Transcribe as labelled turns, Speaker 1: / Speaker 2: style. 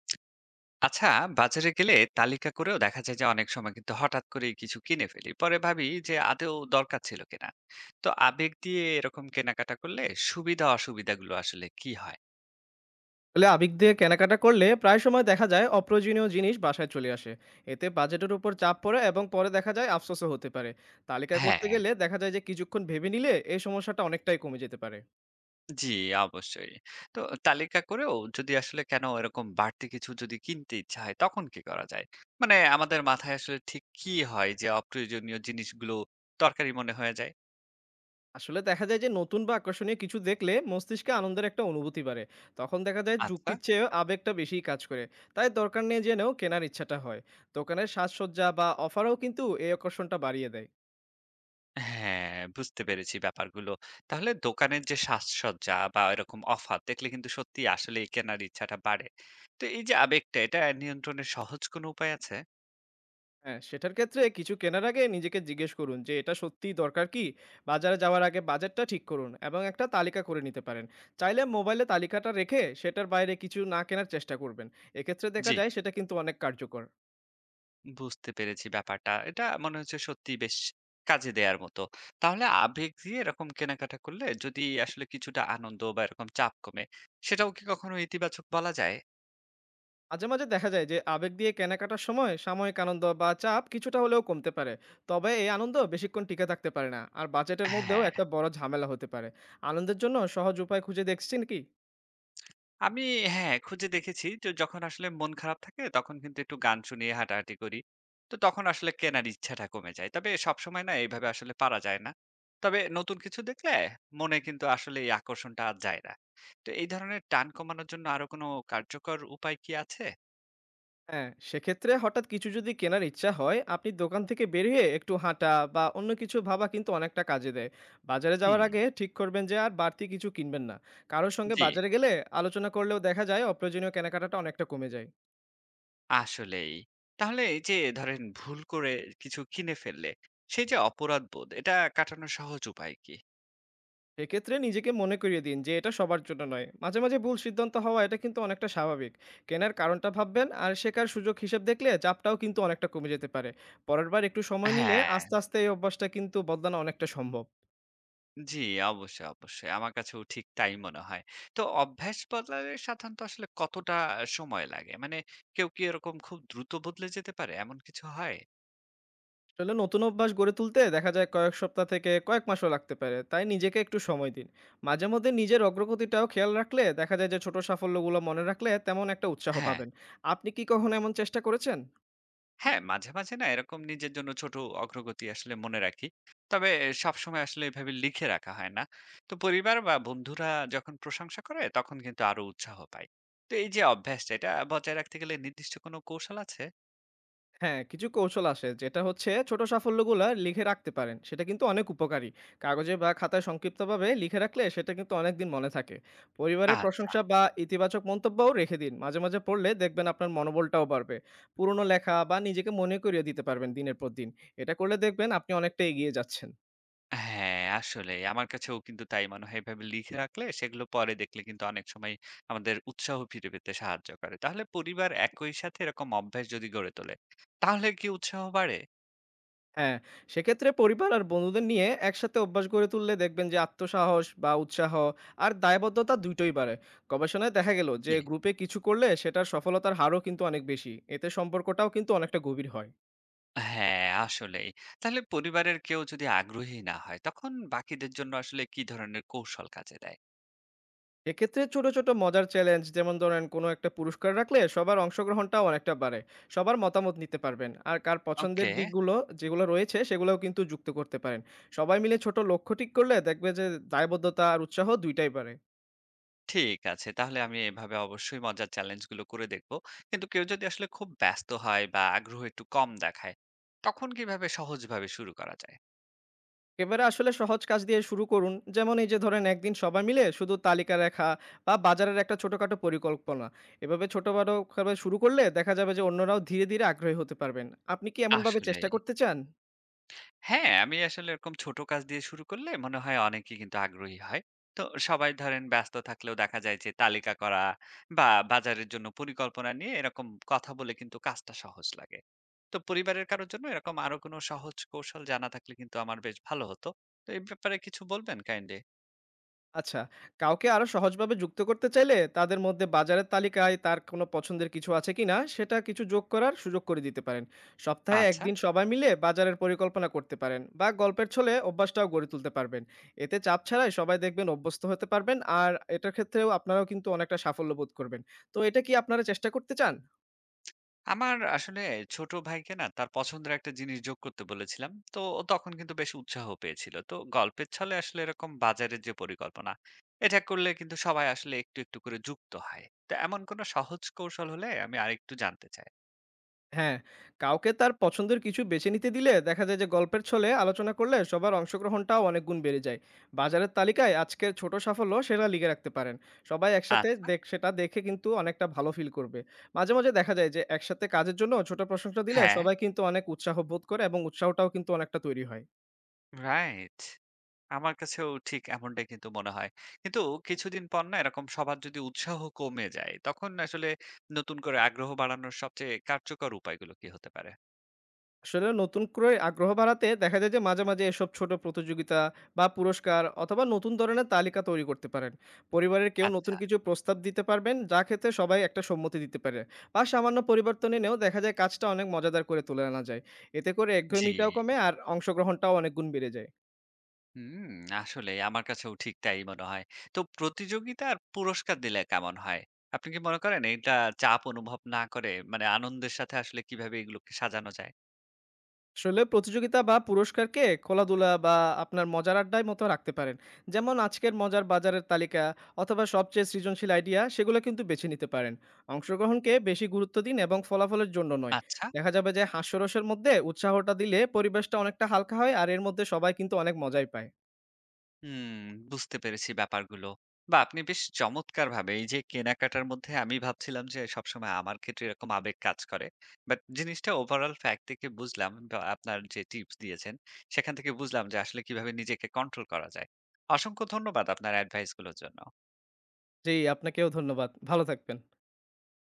Speaker 1: আচ্ছা। বাজারে গেলে তালিকা করেও দেখা যায় যে অনেক সময় কিন্তু হঠাৎ করে কিছু কিনে ফেলি, পরে ভাবি যে আদৌ দরকার ছিল কিনা। তো আবেগ দিয়ে এরকম কেনাকাটা করলে সুবিধা অসুবিধাগুলো আসলে কি হয়?
Speaker 2: আসলে আবেগ দিয়ে কেনাকাটা করলে প্রায় সময় দেখা যায় অপ্রয়োজনীয় জিনিস বাসায় চলে আসে। এতে বাজেটের উপর চাপ পড়ে এবং পরে দেখা যায় আফসোসও হতে পারে। তালিকা
Speaker 1: হ্যাঁ।
Speaker 2: করতে গেলে দেখা যায় যে কিছুক্ষণ ভেবে নিলে এই সমস্যাটা অনেকটাই কমে যেতে পারে।
Speaker 1: জি। অবশ্যই। তো তালিকা করেও যদি আসলে কেন এরকম বাড়তি কিছু যদি কিনতে ইচ্ছা হয় তখন কি করা যায়? মানে আমাদের মাথায় আসলে ঠিক কি হয় যে অপ্রয়োজনীয় জিনিসগুলো দরকারি মনে হয়ে যায়?
Speaker 2: আসলে দেখা যায় যে নতুন বা আকর্ষণীয় কিছু দেখলে মস্তিষ্কে আনন্দের একটা অনুভূতি বাড়ে। তখন দেখা যায়
Speaker 1: আচ্ছা।
Speaker 2: যুক্তির চেয়ে আবেগটা বেশি কাজ করে। তাই দরকার নেই জেনেও কেনার ইচ্ছাটা হয়। দোকানের সাজসজ্জা বা অফারও কিন্তু এই আকর্ষণটা বাড়িয়ে দেয়।
Speaker 1: হ্যাঁ, বুঝতে পেরেছি ব্যাপারগুলো। তাহলে দোকানের যে সাজসজ্জা বা এরকম অফার দেখলে কিন্তু সত্যিই আসলেই কেনার ইচ্ছাটা বাড়ে। তো এই যে আবেগটা, এটা নিয়ন্ত্রণের সহজ কোনো উপায় আছে?
Speaker 2: হ্যাঁ, সেটার ক্ষেত্রে কিছু কেনার আগে নিজেকে জিজ্ঞেস করুন যে এটা সত্যিই দরকার কি? বাজারে যাওয়ার আগে বাজেটটা ঠিক করুন এবং একটা তালিকা করে নিতে পারেন। চাইলে মোবাইলে তালিকাটা রেখে সেটার বাইরে কিছু না কেনার চেষ্টা করবেন। এক্ষেত্রে দেখা
Speaker 1: জি।
Speaker 2: যায় সেটা কিন্তু অনেক কার্যকর।
Speaker 1: বুঝতে পেরেছি ব্যাপারটা। এটা মনে হচ্ছে সত্যিই বেশ কাজে দেয়ার মতো। তাহলে আবেগ দিয়ে এরকম কেনাকাটা করলে যদি আসলে কিছুটা আনন্দ বা এরকম চাপ কমে, সেটাও কি কখনো ইতিবাচক বলা যায়?
Speaker 2: মাঝে, মাঝে দেখা যায় যে আবেগ দিয়ে কেনাকাটার সময় সাময়িক আনন্দ বা চাপ কিছুটা হলেও কমতে পারে। তবে এই আনন্দ বেশিক্ষণ টিকে থাকতে পারে না। আর বাজেটের মধ্যেও
Speaker 1: হ্যাঁ।
Speaker 2: একটা বড় ঝামেলা হতে পারে। আনন্দের জন্য সহজ উপায় খুঁজে দেখছেন কি?
Speaker 1: আমি হ্যাঁ, খুঁজে দেখেছি যে যখন আসলে মন খারাপ থাকে তখন কিন্তু একটু গান শুনিয়ে হাঁটাহাঁটি করি। তো তখন আসলে কেনার ইচ্ছাটা কমে যায়। তবে সবসময় না এইভাবে আসলে পারা যায় না। তবে নতুন কিছু দেখলে মনে কিন্তু আসলে এই আকর্ষণটা আর যায় না। তো এই ধরনের টান কমানোর জন্য আরো কোনো কার্যকর উপায় কি আছে?
Speaker 2: হ্যাঁ, সেক্ষেত্রে হঠাৎ কিছু যদি কেনার ইচ্ছা হয়, আপনি দোকান থেকে বেরিয়ে একটু হাঁটা বা অন্য কিছু ভাবা কিন্তু অনেকটা কাজে দেয়। বাজারে যাওয়ার আগে
Speaker 1: হুম।
Speaker 2: ঠিক করবেন যে আর বাড়তি কিছু কিনবেন না। কারো সঙ্গে
Speaker 1: জি,
Speaker 2: বাজারে গেলে আলোচনা করলেও দেখা যায় অপ্রয়োজনীয় কেনাকাটাটা অনেকটা কমে যায়।
Speaker 1: আসলেই। তাহলে এই যে ধরেন ভুল করে কিছু কিনে ফেললে সেই যে অপরাধবোধ এটা কাটানোর সহজ উপায় কি?
Speaker 2: এক্ষেত্রে নিজেকে মনে করিয়ে দিন যে এটা সবার জন্য নয়। মাঝে, মাঝে ভুল সিদ্ধান্ত হওয়া এটা কিন্তু অনেকটা স্বাভাবিক। কেনার কারণটা ভাববেন আর শেখার সুযোগ হিসেব দেখলে চাপটাও কিন্তু অনেকটা কমে যেতে পারে। পরেরবার একটু সময় নিলে
Speaker 1: হ্যাঁ।
Speaker 2: আস্তে, আস্তে এই অভ্যাসটা কিন্তু বদলানো অনেকটা সম্ভব।
Speaker 1: জি, অবশ্যই, অবশ্যই। আমার কাছেও ঠিক তাই মনে হয়। তো অভ্যাস বদলালে সাধারণত আসলে কতটা সময় লাগে? মানে কেউ কি এরকম খুব দ্রুত বদলে যেতে পারে? এমন কিছু হয়?
Speaker 2: আসলে নতুন অভ্যাস গড়ে তুলতে দেখা যায় কয়েক সপ্তাহ থেকে কয়েক মাসও লাগতে পারে, তাই নিজেকে একটু সময় দিন। মাঝে মধ্যে নিজের অগ্রগতিটাও খেয়াল রাখলে দেখা যায় যে ছোট সাফল্যগুলো মনে রাখলে তেমন একটা উৎসাহ
Speaker 1: হ্যাঁ,
Speaker 2: পাবেন। আপনি কি কখনো এমন চেষ্টা করেছেন?
Speaker 1: হ্যাঁ, মাঝে, মাঝে না এরকম নিজের জন্য ছোট অগ্রগতি আসলে মনে রাখি। তবে সবসময় আসলে এভাবে লিখে রাখা হয় না। তো পরিবার বা বন্ধুরা যখন প্রশংসা করে তখন কিন্তু আরো উৎসাহ পাই। তো এই যে অভ্যাসটা এটা বজায় রাখতে গেলে নির্দিষ্ট কোনো কৌশল আছে?
Speaker 2: হ্যাঁ, কিছু কৌশল আছে, যেটা হচ্ছে ছোট সাফল্যগুলা লিখে রাখতে পারেন। সেটা কিন্তু অনেক উপকারী। কাগজে বা খাতায় সংক্ষিপ্তভাবে লিখে রাখলে সেটা কিন্তু অনেকদিন মনে থাকে। পরিবারের
Speaker 1: আচ্ছা।
Speaker 2: প্রশংসা বা ইতিবাচক মন্তব্যও রেখে দিন। মাঝে, মাঝে পড়লে দেখবেন আপনার মনোবলটাও বাড়বে। পুরনো লেখা বা নিজেকে মনে করিয়ে দিতে পারবেন দিনের পর দিন। এটা করলে দেখবেন আপনি অনেকটা এগিয়ে যাচ্ছেন।
Speaker 1: হ্যাঁ, আসলেই। আমার কাছেও কিন্তু তাই মনে হয়। এভাবে লিখে রাখলে সেগুলো পরে দেখলে কিন্তু অনেক সময় আমাদের উৎসাহ ফিরে পেতে সাহায্য করে। তাহলে পরিবার একই সাথে এরকম অভ্যাস যদি গড়ে তোলে, তাহলে কি উৎসাহ বাড়ে?
Speaker 2: হ্যাঁ, সেক্ষেত্রে পরিবার আর বন্ধুদের নিয়ে একসাথে অভ্যাস গড়ে তুললে দেখবেন যে আত্মসাহস বা উৎসাহ আর দায়বদ্ধতা দুইটোই বাড়ে। গবেষণায় দেখা গেল যে
Speaker 1: জি।
Speaker 2: গ্রুপে কিছু করলে সেটার সফলতার হারও কিন্তু অনেক বেশি। এতে সম্পর্কটাও কিন্তু অনেকটা গভীর হয়।
Speaker 1: হ্যাঁ, আসলেই। তাহলে পরিবারের কেউ যদি আগ্রহী না হয়, তখন বাকিদের জন্য আসলে কি ধরনের কৌশল কাজে দেয়?
Speaker 2: এক্ষেত্রে ছোট, ছোট মজার চ্যালেঞ্জ, যেমন ধরেন কোনো একটা পুরস্কার রাখলে সবার অংশগ্রহণটাও অনেকটা বাড়ে। সবার মতামত নিতে পারবেন। আর কার পছন্দের
Speaker 1: ওকে,
Speaker 2: দিকগুলো যেগুলো রয়েছে সেগুলোও কিন্তু যুক্ত করতে পারেন। সবাই মিলে ছোট লক্ষ্য ঠিক করলে দেখবে যে দায়বদ্ধতা আর উৎসাহ দুইটাই বাড়ে।
Speaker 1: ঠিক আছে। তাহলে আমি এভাবে অবশ্যই মজার চ্যালেঞ্জগুলো করে দেখব। কিন্তু কেউ যদি আসলে খুব ব্যস্ত হয় বা আগ্রহ একটু কম দেখায়, তখন কিভাবে সহজভাবে শুরু করা যায়?
Speaker 2: এবারে আসলে সহজ কাজ দিয়ে শুরু করুন। যেমন এই যে ধরেন একদিন সবাই মিলে শুধু তালিকা লেখা বা বাজারের একটা ছোটখাটো পরিকল্পনা। এভাবে ছোট-বড় ভাবে শুরু করলে দেখা যাবে যে অন্যরাও ধীরে, ধীরে আগ্রহী হতে পারবেন। আপনি কি এমনভাবে চেষ্টা
Speaker 1: আসলেই।
Speaker 2: করতে চান?
Speaker 1: হ্যাঁ, আমি আসলে এরকম ছোট কাজ দিয়ে শুরু করলে মনে হয় অনেকেই কিন্তু আগ্রহী হয়। তো সবাই ধরেন ব্যস্ত থাকলেও দেখা যায় যে তালিকা করা বা বাজারের জন্য পরিকল্পনা নিয়ে এরকম কথা বলে কিন্তু কাজটা সহজ লাগে। তো পরিবারের কারো জন্য এরকম আরো কোনো সহজ কৌশল জানা থাকলে কিন্তু আমার বেশ ভালো হতো। তো এই ব্যাপারে কিছু বলবেন কাইন্ডলি?
Speaker 2: আচ্ছা, কাউকে আরো সহজভাবে যুক্ত করতে চাইলে তাদের মধ্যে বাজারের তালিকায় তার কোনো পছন্দের কিছু আছে কিনা, সেটা কিছু যোগ করার সুযোগ করে দিতে পারেন। সপ্তাহে
Speaker 1: আচ্ছা।
Speaker 2: একদিন সবাই মিলে বাজারের পরিকল্পনা করতে পারেন বা গল্পের ছলে অভ্যাসটাও গড়ে তুলতে পারবেন। এতে চাপ ছাড়াই সবাই দেখবেন অভ্যস্ত হতে পারবেন, আর এটার ক্ষেত্রেও আপনারাও কিন্তু অনেকটা সাফল্য বোধ করবেন। তো এটা কি আপনারা চেষ্টা করতে চান?
Speaker 1: আমার আসলে ছোট ভাইকে না তার পছন্দের একটা জিনিস যোগ করতে বলেছিলাম, তো ও তখন কিন্তু বেশ উৎসাহ পেয়েছিল। তো গল্পের ছলে আসলে এরকম বাজারের যে পরিকল্পনা, এটা করলে কিন্তু সবাই আসলে একটু একটু করে যুক্ত হয়। তো এমন কোনো সহজ কৌশল হলে আমি আরেকটু জানতে চাই।
Speaker 2: হ্যাঁ, কাউকে তার পছন্দের কিছু বেছে নিতে দিলে দেখা যায় যে গল্পের ছলে আলোচনা করলে সবার অংশগ্রহণটাও অনেক গুণ বেড়ে যায়। বাজারের তালিকায় আজকের ছোট সাফল্য সেটা লিখে রাখতে পারেন। সবাই একসাথে
Speaker 1: আচ্ছা।
Speaker 2: দেখ সেটা দেখে কিন্তু অনেকটা ভালো ফিল করবে। মাঝে, মাঝে দেখা যায় যে একসাথে কাজের জন্য ছোট প্রশংসা দিলে
Speaker 1: হ্যাঁ,
Speaker 2: সবাই কিন্তু অনেক উৎসাহ বোধ করে এবং উৎসাহটাও কিন্তু অনেকটা তৈরি হয়।
Speaker 1: রাইট। আমার কাছেও ঠিক এমনটাই কিন্তু মনে হয়। কিন্তু কিছুদিন পর না এরকম সবার যদি উৎসাহ কমে যায় তখন আসলে নতুন করে আগ্রহ বাড়ানোর সবচেয়ে কার্যকর উপায়গুলো কি হতে পারে?
Speaker 2: আসলে নতুন করে আগ্রহ বাড়াতে দেখা যায় যে মাঝে মাঝে এসব ছোট প্রতিযোগিতা বা পুরস্কার অথবা নতুন ধরনের তালিকা তৈরি করতে পারেন। পরিবারের কেউ নতুন
Speaker 1: আচ্ছা।
Speaker 2: কিছু প্রস্তাব দিতে পারবেন, যা ক্ষেত্রে সবাই একটা সম্মতি দিতে পারে। বা সামান্য পরিবর্তন এনেও দেখা যায় কাজটা অনেক মজাদার করে তুলে আনা যায়। এতে করে
Speaker 1: জি।
Speaker 2: একঘেয়েমিটাও কমে আর অংশগ্রহণটাও অনেক গুণ বেড়ে যায়।
Speaker 1: হুম, আসলে আমার কাছেও ঠিক তাই মনে হয়। তো প্রতিযোগিতা আর পুরস্কার দিলে কেমন হয়? আপনি কি মনে করেন এটা চাপ অনুভব না করে মানে আনন্দের সাথে আসলে কিভাবে এগুলোকে সাজানো যায়?
Speaker 2: আসলে প্রতিযোগিতা বা পুরস্কারকে খেলাধুলা বা আপনার মজার আড্ডায় মতো রাখতে পারেন। যেমন আজকের মজার বাজারের তালিকা অথবা সবচেয়ে সৃজনশীল আইডিয়া সেগুলো কিন্তু বেছে নিতে পারেন। অংশগ্রহণকে বেশি গুরুত্ব দিন এবং ফলাফলের জন্য নয়।
Speaker 1: আচ্ছা,
Speaker 2: দেখা যাবে যে হাস্যরসের মধ্যে উৎসাহটা দিলে পরিবেশটা অনেকটা হালকা হয় আর এর মধ্যে সবাই কিন্তু অনেক মজাই পায়।
Speaker 1: হুম, বুঝতে পেরেছি ব্যাপারগুলো। বা আপনি বেশ চমৎকারভাবে এই যে কেনাকাটার মধ্যে আমি ভাবছিলাম যে সবসময় আমার ক্ষেত্রে এরকম আবেগ কাজ করে। বাট জিনিসটা ওভারঅল ফ্যাক্ট থেকে বুঝলাম বা আপনার যে টিপস দিয়েছেন সেখান থেকে বুঝলাম যে আসলে কিভাবে নিজেকে কন্ট্রোল করা যায়। অসংখ্য ধন্যবাদ আপনার অ্যাডভাইসগুলোর জন্য।
Speaker 2: জি, আপনাকেও ধন্যবাদ। ভালো থাকবেন।